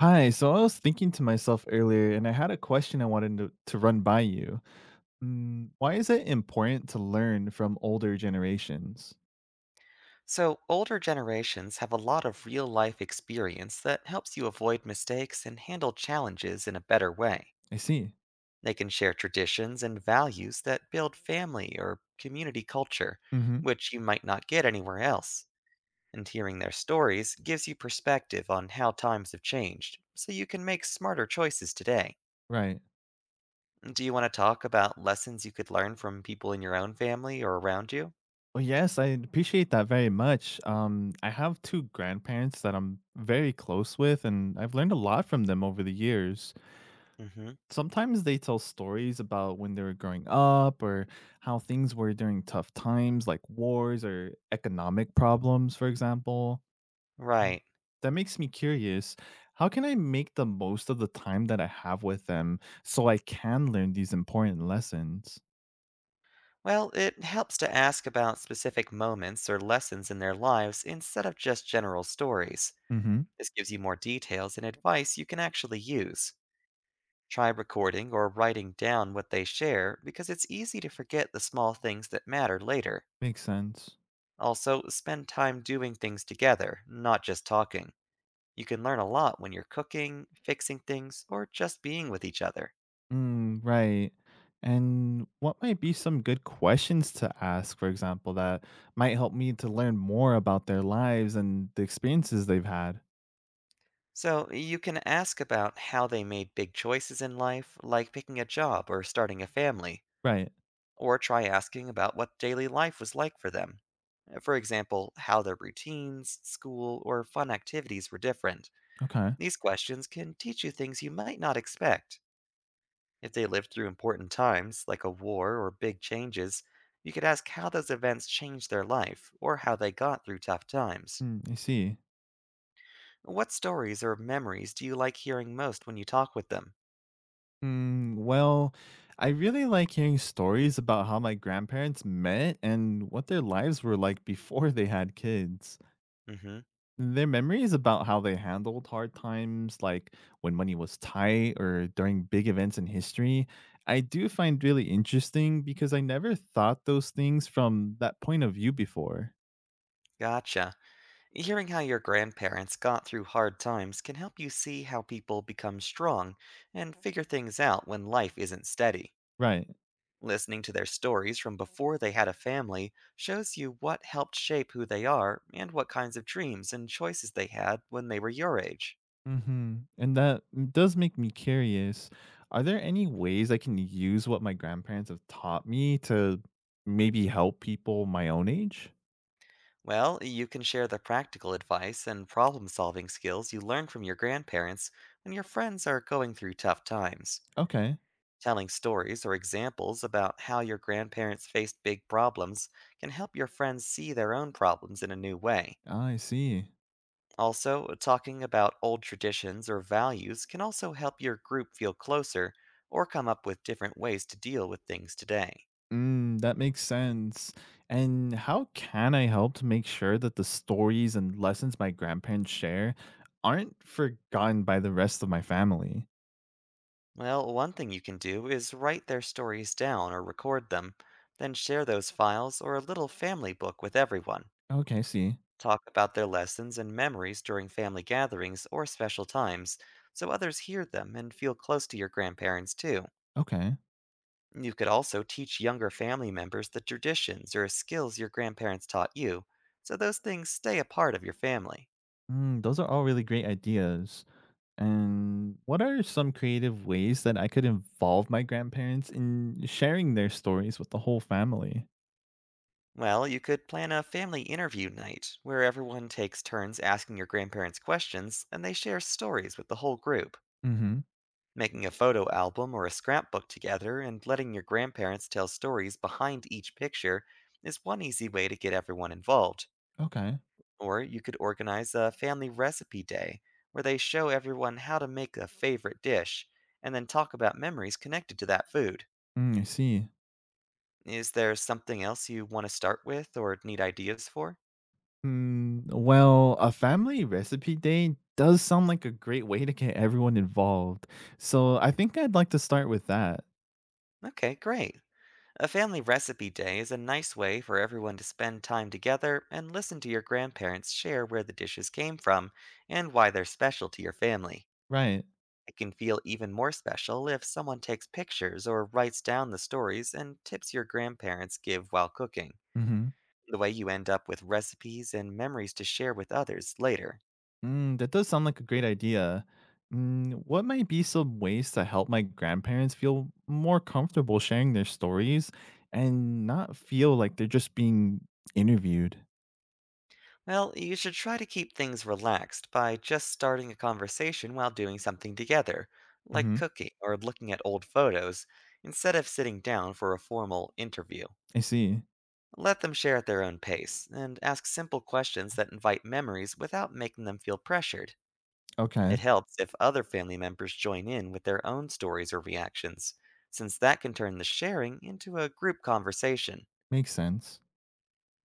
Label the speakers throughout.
Speaker 1: Hi. So I was thinking to myself earlier, and I had a question I wanted to run by you. Why is it important to learn from older generations?
Speaker 2: So, older generations have a lot of real life experience that helps you avoid mistakes and handle challenges in a better way.
Speaker 1: I see.
Speaker 2: They can share traditions and values that build family or community culture,
Speaker 1: Hmm.
Speaker 2: which you might not get anywhere else. And hearing their stories gives you perspective on how times have changed, so you can make smarter choices today.
Speaker 1: Right.
Speaker 2: Do you want to talk about lessons you could learn from people in your own family or around you?
Speaker 1: Well, yes, I appreciate that very much. I have two grandparents that I'm very close with, and I've learned a lot from them over the years.
Speaker 2: Mm hmm.
Speaker 1: Sometimes they tell stories about when they were growing up or how things were during tough times, like wars or economic problems, for example. Mm.
Speaker 2: Right.
Speaker 1: That makes me curious. How can I make the most of the time that I have with them so I can learn these important lessons?
Speaker 2: Well, it helps to ask about specific moments or lessons in their lives instead of just general stories.
Speaker 1: Hmm.
Speaker 2: This gives you more details and advice you can actually use. Try recording or writing down what they share because it's easy to forget the small things that matter later.
Speaker 1: Makes sense.
Speaker 2: Also, spend time doing things together, not just talking. You can learn a lot when you're cooking, fixing things, or just being with each other.
Speaker 1: Right. And what might be some good questions to ask, for example, that might help me to learn more about their lives and the experiences they've had?
Speaker 2: So, you can ask about how they made big choices in life, like picking a job or starting a family.
Speaker 1: Right.
Speaker 2: Or try asking about what daily life was like for them. For example, how their routines, school, or fun activities were different.
Speaker 1: Okay.
Speaker 2: These questions can teach you things you might not expect. If they lived through important times, like a war or big changes, you could ask how those events changed their life or how they got through tough times.
Speaker 1: I see.
Speaker 2: What stories or memories do you like hearing most when you talk with them?
Speaker 1: Well, I really like hearing stories about how my grandparents met and what their lives were like before they had kids.
Speaker 2: Mm hmm,
Speaker 1: Their memories about how they handled hard times, like when money was tight or during big events in history, I do find really interesting because I never thought those things from that point of view before.
Speaker 2: gotcha. Hearing how your grandparents got through hard times can help you see how people become strong and figure things out when life isn't steady.
Speaker 1: Right.
Speaker 2: Listening to their stories from before they had a family shows you what helped shape who they are and what kinds of dreams and choices they had when they were your age.
Speaker 1: Mhm, and that does make me curious. Are there any ways I can use what my grandparents have taught me to maybe help people my own age?
Speaker 2: Well, you can share the practical advice and problem solving skills you learned from your grandparents when your friends are going through tough times.
Speaker 1: Okay,
Speaker 2: Telling stories or examples about how your grandparents faced big problems can help your friends see their own problems in a new way.
Speaker 1: I see.
Speaker 2: Also, talking about old traditions or values can also help your group feel closer or come up with different ways to deal with things today.
Speaker 1: That makes sense. And how can I help to make sure that the stories and lessons my grandparents share aren't forgotten by the rest of my family?
Speaker 2: Well, one thing you can do is write their stories down or record them, then share those files or a little family book with everyone.
Speaker 1: Okay, I see.
Speaker 2: Talk about their lessons and memories during family gatherings or special times so others hear them and feel close to your grandparents too.
Speaker 1: Okay.
Speaker 2: You could also teach younger family members the traditions or skills your grandparents taught you, so those things stay a part of your family.
Speaker 1: Those are all really great ideas. And what are some creative ways that I could involve my grandparents in sharing their stories with the whole family?
Speaker 2: Well, you could plan a family interview night where everyone takes turns asking your grandparents questions and they share stories with the whole group.
Speaker 1: Hmm.
Speaker 2: Making a photo album or a scrapbook together and letting your grandparents tell stories behind each picture is one easy way to get everyone involved.
Speaker 1: Okay.
Speaker 2: Or you could organize a family recipe day where they show everyone how to make a favorite dish and then talk about memories connected to that food.
Speaker 1: I see.
Speaker 2: Is there something else you want to start with or need ideas for?
Speaker 1: Well, a family recipe day does sound like a great way to get everyone involved. So I think I'd like to start with that.
Speaker 2: Okay, great. A family recipe day is a nice way for everyone to spend time together and listen to your grandparents share where the dishes came from and why they're special to your family.
Speaker 1: Right.
Speaker 2: It can feel even more special if someone takes pictures or writes down the stories and tips your grandparents give while cooking.
Speaker 1: Hmm.
Speaker 2: The way you end up with recipes and memories to share with others later.
Speaker 1: That does sound like a great idea. What might be some ways to help my grandparents feel more comfortable sharing their stories and not feel like they're just being interviewed?
Speaker 2: Well, you should try to keep things relaxed by just starting a conversation while doing something together, like
Speaker 1: Hmm.
Speaker 2: cooking or looking at old photos, instead of sitting down for a formal interview.
Speaker 1: I see.
Speaker 2: Let them share at their own pace, and ask simple questions that invite memories without making them feel pressured.
Speaker 1: Okay,
Speaker 2: It helps if other family members join in with their own stories or reactions, since that can turn the sharing into a group conversation.
Speaker 1: makes sense.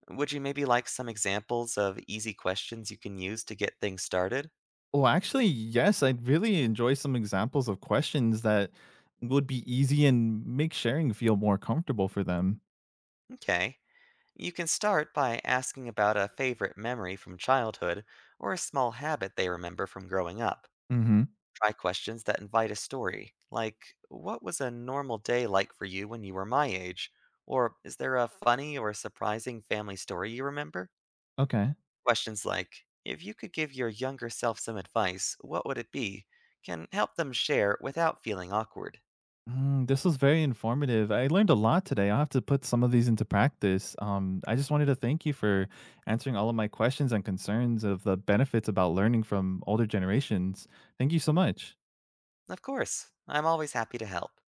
Speaker 2: Would you maybe like some examples of easy questions you can use to get things started?
Speaker 1: Well, actually, yes, I'd really enjoy some examples of questions that would be easy and make sharing feel more comfortable for them.
Speaker 2: Okay. You can start by asking about a favorite memory from childhood or a small habit they remember from growing up.
Speaker 1: Hmm.
Speaker 2: Try questions that invite a story, like, "What was a normal day like for you when you were my age?" Or, "Is there a funny or surprising family story you remember?"
Speaker 1: Okay.
Speaker 2: Questions like, "If you could give your younger self some advice, what would it be?" can help them share without feeling awkward.
Speaker 1: This was very informative. I learned a lot today. I'll have to put some of these into practice. I just wanted to thank you for answering all of my questions and concerns of the benefits about learning from older generations. Thank you so much.
Speaker 2: Of course, I'm always happy to help.